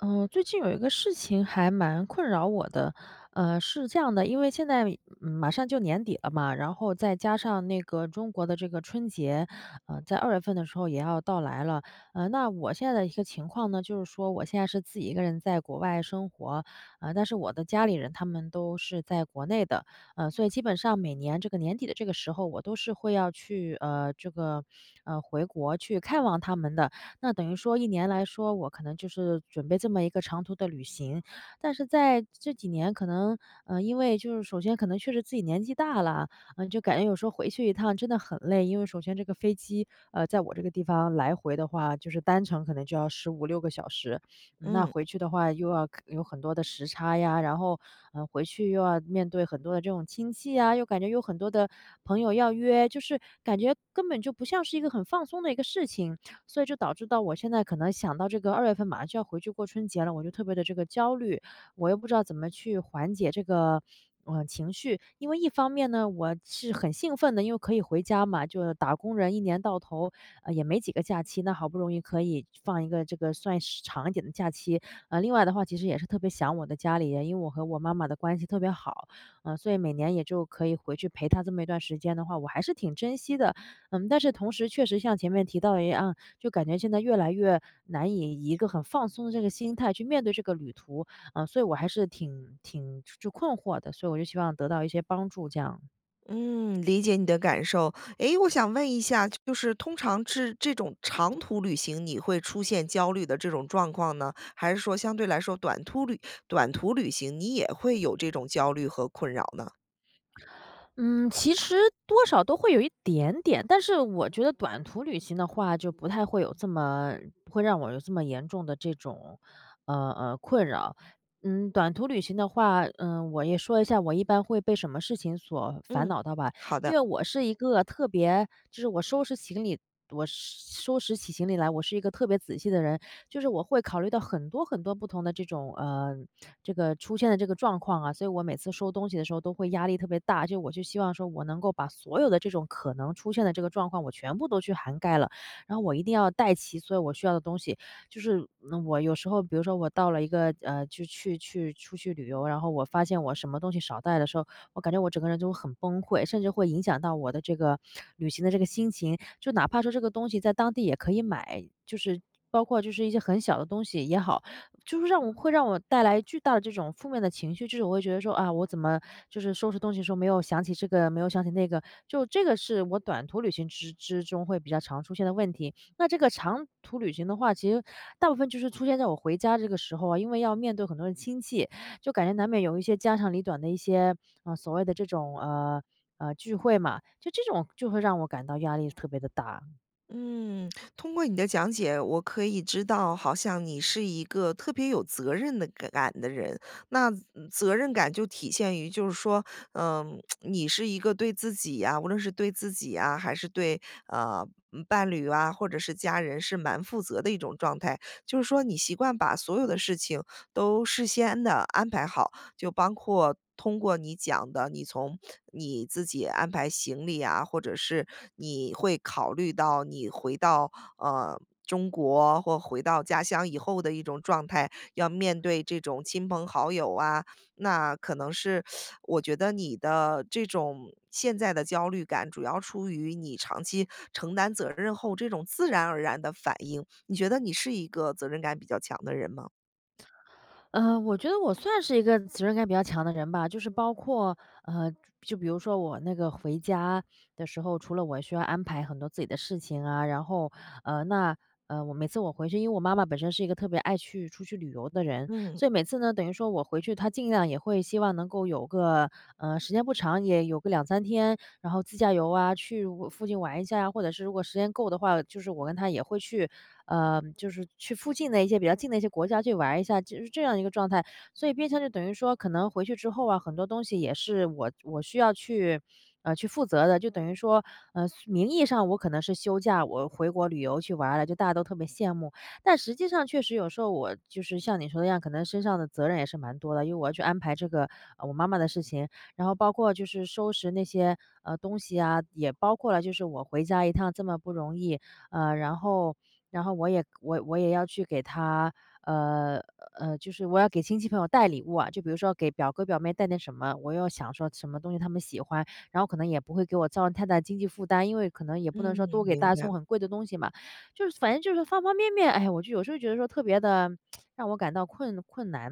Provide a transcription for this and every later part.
最近有一个事情还蛮困扰我的，是这样的，因为现在马上就年底了嘛，然后再加上那个中国的这个春节，在二月份的时候也要到来了，那我现在的一个情况呢，就是说我现在是自己一个人在国外生活，但是我的家里人他们都是在国内的，所以基本上每年这个年底的这个时候，我都是会要去回国去看望他们的，那等于说一年来说，我可能就是准备这么一个长途的旅行，但是在这几年可能，因为就是首先可能确实自己年纪大了，就感觉有时候回去一趟真的很累，因为首先这个飞机，在我这个地方来回的话，就是单程可能就要15、16个小时，那嗯回去的话又要有很多的时差呀，然后，回去又要面对很多的这种亲戚啊，又感觉有很多的朋友要约，就是感觉根本就不像是一个很放松的一个事情。所以就导致到我现在可能想到这个二月份马上就要回去过春节了，我就特别的这个焦虑，我又不知道怎么去缓解这个情绪。因为一方面呢，我是很兴奋的，因为可以回家嘛，就打工人一年到头，也没几个假期，那好不容易可以放一个这个算是长一点的假期。另外的话其实也是特别想我的家里人，因为我和我妈妈的关系特别好，所以每年也就可以回去陪她这么一段时间的话，我还是挺珍惜的。但是同时确实像前面提到的一样，就感觉现在越来越难以一个很放松的这个心态去面对这个旅途，啊，所以我还是挺就困惑的，所以我就希望得到一些帮助这样。嗯，理解你的感受。诶，我想问一下，就是通常是这种长途旅行，你会出现焦虑的这种状况呢？还是说相对来说短途旅行，你也会有这种焦虑和困扰呢？嗯，其实多少都会有一点点，但是我觉得短途旅行的话，就不太会有这么不会让我有这么严重的这种，困扰。短途旅行的话，我也说一下，我一般会被什么事情所烦嗯，恼到吧？好因的。为我是一个特别，就是我收拾起行李来，我是一个特别仔细的人。就是我会考虑到很多很多不同的这种这个出现的这个状况啊，所以我每次收东西的时候都会压力特别大，就我就希望说我能够把所有的这种可能出现的这个状况，我全部都去涵盖了，然后我一定要带齐所有我需要的东西，就是我有时候，比如说我到了一个就去出去旅游，然后我发现我什么东西少带的时候，我感觉我整个人就很崩溃，甚至会影响到我的这个旅行的这个心情。就哪怕说这个东西在当地也可以买，就是包括就是一些很小的东西也好，就是会让我带来巨大的这种负面的情绪，就是我会觉得说啊，我怎么就是收拾东西的时候没有想起这个，没有想起那个，就这个是我短途旅行之中会比较常出现的问题。那这个长途旅行的话，其实大部分就是出现在我回家这个时候啊，因为要面对很多的亲戚，就感觉难免有一些家长里短的一些所谓的这种，聚会嘛，就这种就会让我感到压力特别的大。嗯，通过你的讲解，我可以知道，好像你是一个特别有责任的感的人。那责任感就体现于，就是说，你是一个对自己呀、无论是对自己啊，还是对伴侣啊，或者是家人，是蛮负责的一种状态。就是说，你习惯把所有的事情都事先的安排好，就包括通过你讲的，你从你自己安排行李啊，或者是你会考虑到你回到呃中国或回到家乡以后的一种状态，要面对这种亲朋好友啊，那可能是我觉得你的这种现在的焦虑感，主要出于你长期承担责任后这种自然而然的反应。你觉得你是一个责任感比较强的人吗？我觉得我算是一个责任感比较强的人吧，就是包括呃，就比如说我那个回家的时候，除了我需要安排很多自己的事情啊，然后呃，那我每次回去，因为我妈妈本身是一个特别爱去出去旅游的人，嗯所以每次呢，等于说我回去，她尽量也会希望能够有个时间不长，也有个2、3天，然后自驾游啊，去我附近玩一下呀，或者是如果时间够的话，就是我跟她也会去就是去附近的一些比较近的一些国家去玩一下，就是这样一个状态。所以变相就等于说，可能回去之后啊，很多东西也是我需要去去负责的。就等于说，名义上我可能是休假，我回国旅游去玩了，就大家都特别羡慕。但实际上确实有时候我就是像你说的一样，可能身上的责任也是蛮多的，因为我要去安排这个，我妈妈的事情，然后包括就是收拾那些，东西啊，也包括了就是我回家一趟这么不容易，然后我也要去给他，呃，就是我要给亲戚朋友带礼物啊，就比如说给表哥表妹带点什么，我又想说什么东西他们喜欢，然后可能也不会给我造成太大经济负担，因为可能也不能说嗯，多给大明家白。送很贵的东西嘛，就是反正就是方方面面，哎，我就有时候觉得说特别的让我感到困难。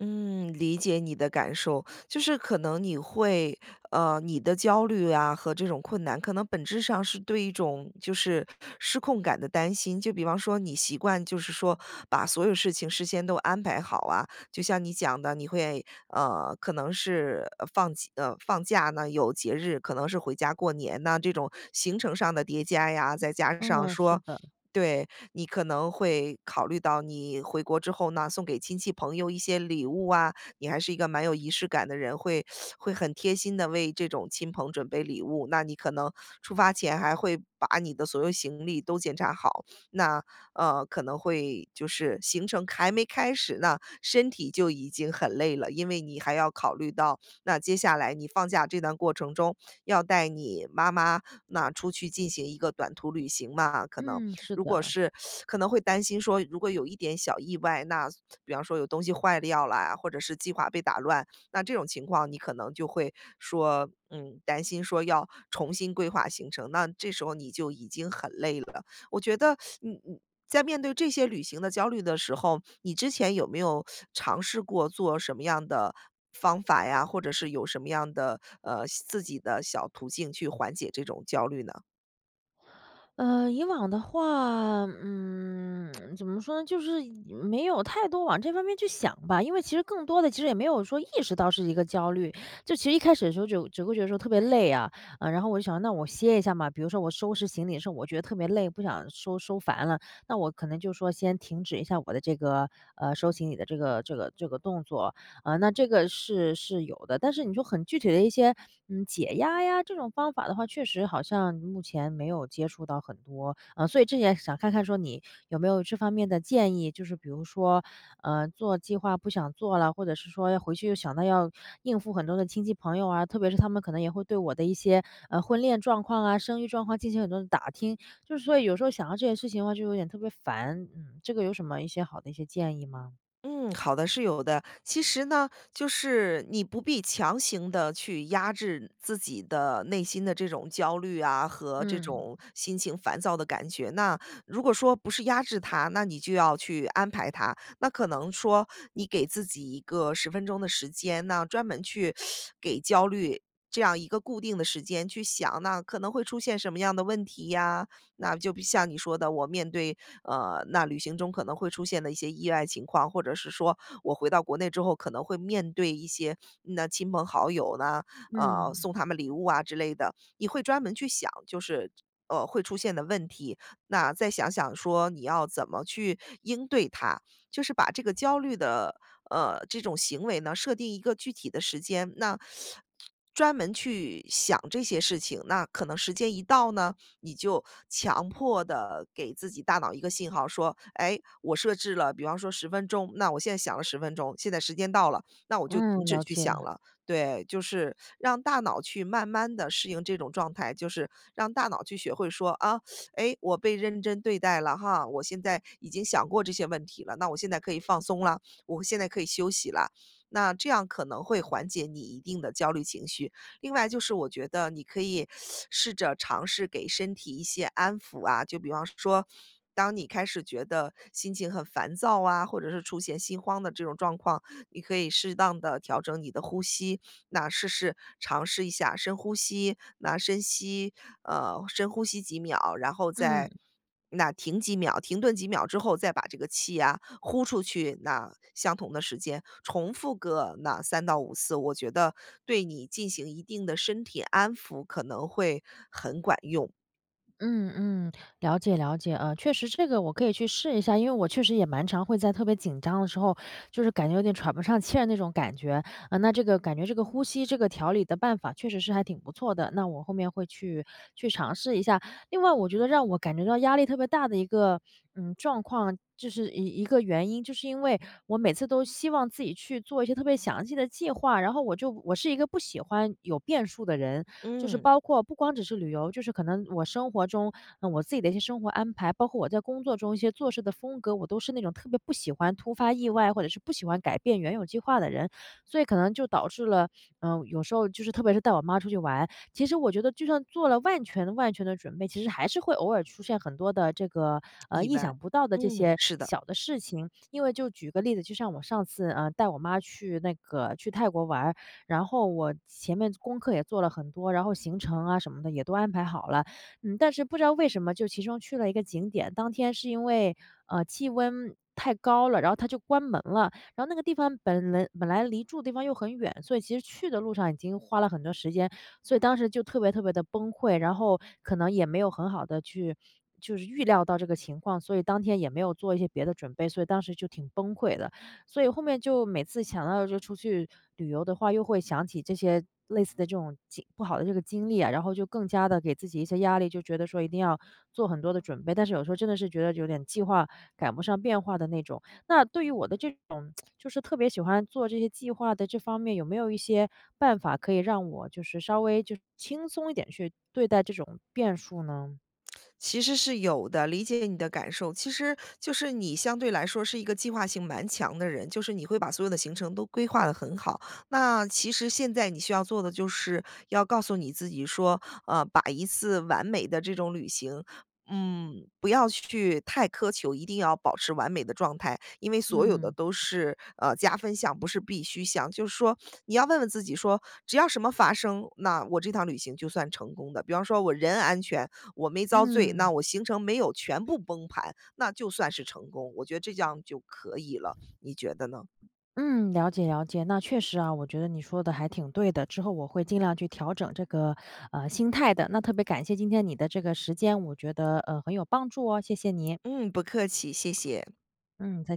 嗯，理解你的感受，就是可能你会，你的焦虑啊和这种困难，可能本质上是对一种就是失控感的担心。就比方说，你习惯就是说把所有事情事先都安排好啊，就像你讲的，你会可能是放假呢，有节日，可能是回家过年呐，这种行程上的叠加呀，再加上嗯，是说。的，对，你可能会考虑到你回国之后呢，送给亲戚朋友一些礼物啊，你还是一个蛮有仪式感的人，会很贴心的为这种亲朋准备礼物。那你可能出发前还会把你的所有行李都检查好，那，可能会就是行程还没开始呢，那身体就已经很累了，因为你还要考虑到，那接下来你放假这段过程中，要带你妈妈，那出去进行一个短途旅行嘛，可能嗯，是如果的。是可能会担心说，如果有一点小意外，那比方说有东西坏掉了啊，或者是计划被打乱，那这种情况你可能就会说，嗯，担心说要重新规划行程，那这时候你就已经很累了。我觉得嗯嗯，在面对这些旅行的焦虑的时候，你之前有没有尝试过做什么样的方法呀，或者是有什么样的自己的小途径去缓解这种焦虑呢？以往的话，怎么说呢，就是没有太多往这方面去想吧，因为其实更多的其实也没有说意识到是一个焦虑，就其实一开始的时候就只会觉得说特别累啊，啊，然后我就想那我歇一下嘛，比如说我收拾行李的时候，我觉得特别累，不想收收烦了，那我可能就说先停止一下我的这个收行李的这个动作，啊，那这个是有的。但是你说很具体的一些，解压呀这种方法的话，确实好像目前没有接触到很多。啊，所以这也想看看说你有没有这方面的建议，就是比如说，做计划不想做了，或者是说要回去又想到要应付很多的亲戚朋友啊，特别是他们可能也会对我的一些，婚恋状况啊、生育状况进行很多的打听，就是所以有时候想到这些事情的话，就有点特别烦。嗯，这个有什么一些好的一些建议吗？嗯，好的，是有的。其实呢，就是你不必强行的去压制自己的内心的这种焦虑啊，和这嗯种心情烦躁的感觉。那如果说不是压制它，那你就要去安排它。那可能说你给自己一个十分钟的时间，那专门去给焦虑这样一个固定的时间去想，那可能会出现什么样的问题呀？那就比像你说的，我面对那旅行中可能会出现的一些意外情况，或者是说我回到国内之后可能会面对一些那亲朋好友呢，嗯。送他们礼物啊之类的，你会专门去想，就是会出现的问题，那再想想说你要怎么去应对它，就是把这个焦虑的这种行为呢，设定一个具体的时间，那专门去想这些事情，那可能时间一到呢，你就强迫的给自己大脑一个信号说："哎，我设置了比方说十分钟，那我现在想了十分钟，现在时间到了，那我就嗯，停止了去解，想了。"对，就是让大脑去慢慢的适应这种状态，就是让大脑去学会说："啊，哎，我被认真对待了哈，我现在已经想过这些问题了，那我现在可以放松了，我现在可以休息了。"那这样可能会缓解你一定的焦虑情绪。另外就是我觉得你可以试着尝试给身体一些安抚啊，就比方说，当你开始觉得心情很烦躁啊，或者是出现心慌的这种状况，你可以适当的调整你的呼吸，那试试尝试一下深呼吸，那深呼吸几秒，然后嗯再那停几秒，停顿几秒之后，再把这个气啊呼出去。那相同的时间重复个那三到五次，我觉得对你进行一定的身体安抚可能会很管用。嗯嗯，了解了解，确实这个我可以去试一下，因为我确实也蛮常会在特别紧张的时候，就是感觉有点喘不上气儿那种感觉，那这个感觉这个呼吸这个调理的办法确实是还挺不错的，那我后面会去尝试一下。另外我觉得让我感觉到压力特别大的一个，状况，就是一个原因，就是因为我每次都希望自己去做一些特别详细的计划，然后我是一个不喜欢有变数的人，就是嗯，包括不光只是旅游，就是可能我生活中，我自己的一些生活安排，包括我在工作中一些做事的风格，我都是那种特别不喜欢突发意外，或者是不喜欢改变原有计划的人，所以可能就导致了，有时候就是特别是带我妈出去玩，其实我觉得就算做了万全万全的准备，其实还是会偶尔出现很多的这个，意意外，想不到的这嗯，些是的。小的事情。因为就举个例子，就像我上次，带我妈去去泰国玩儿，然后我前面功课也做了很多，然后行程啊什么的也都安排好了，但是不知道为什么就其中去了一个景点，当天是因为，气温太高了，然后它就关门了。然后那个地方本来离住的地方又很远，所以其实去的路上已经花了很多时间，所以当时就特别特别的崩溃，然后可能也没有很好的去就是预料到这个情况，所以当天也没有做一些别的准备，所以当时就挺崩溃的。所以后面就每次想到就出去旅游的话，又会想起这些类似的这种不好的这个经历啊，然后就更加的给自己一些压力，就觉得说一定要做很多的准备，但是有时候真的是觉得有点计划赶不上变化的那种。那对于我的这种就是特别喜欢做这些计划的这方面，有没有一些办法可以让我就是稍微就轻松一点去对待这种变数呢？其实是有的，理解你的感受。其实就是你相对来说是一个计划性蛮强的人，就是你会把所有的行程都规划得很好。那其实现在你需要做的就是要告诉你自己说，把一次完美的这种旅行。嗯，不要去太苛求，一定要保持完美的状态，因为所有的嗯都是加分项，不是必须项。就是说，你要问问自己说，只要什么发生，那我这趟旅行就算成功的。比方说，我人安全，我没遭罪，那嗯我行程没有全部崩盘，那就算是成功。我觉得这样就可以了，你觉得呢？嗯，了解了解。那确实啊，我觉得你说的还挺对的。之后我会尽量去调整这个心态的。那特别感谢今天你的这个时间，我觉得很有帮助哦，谢谢你。嗯，不客气，谢谢。嗯，再见。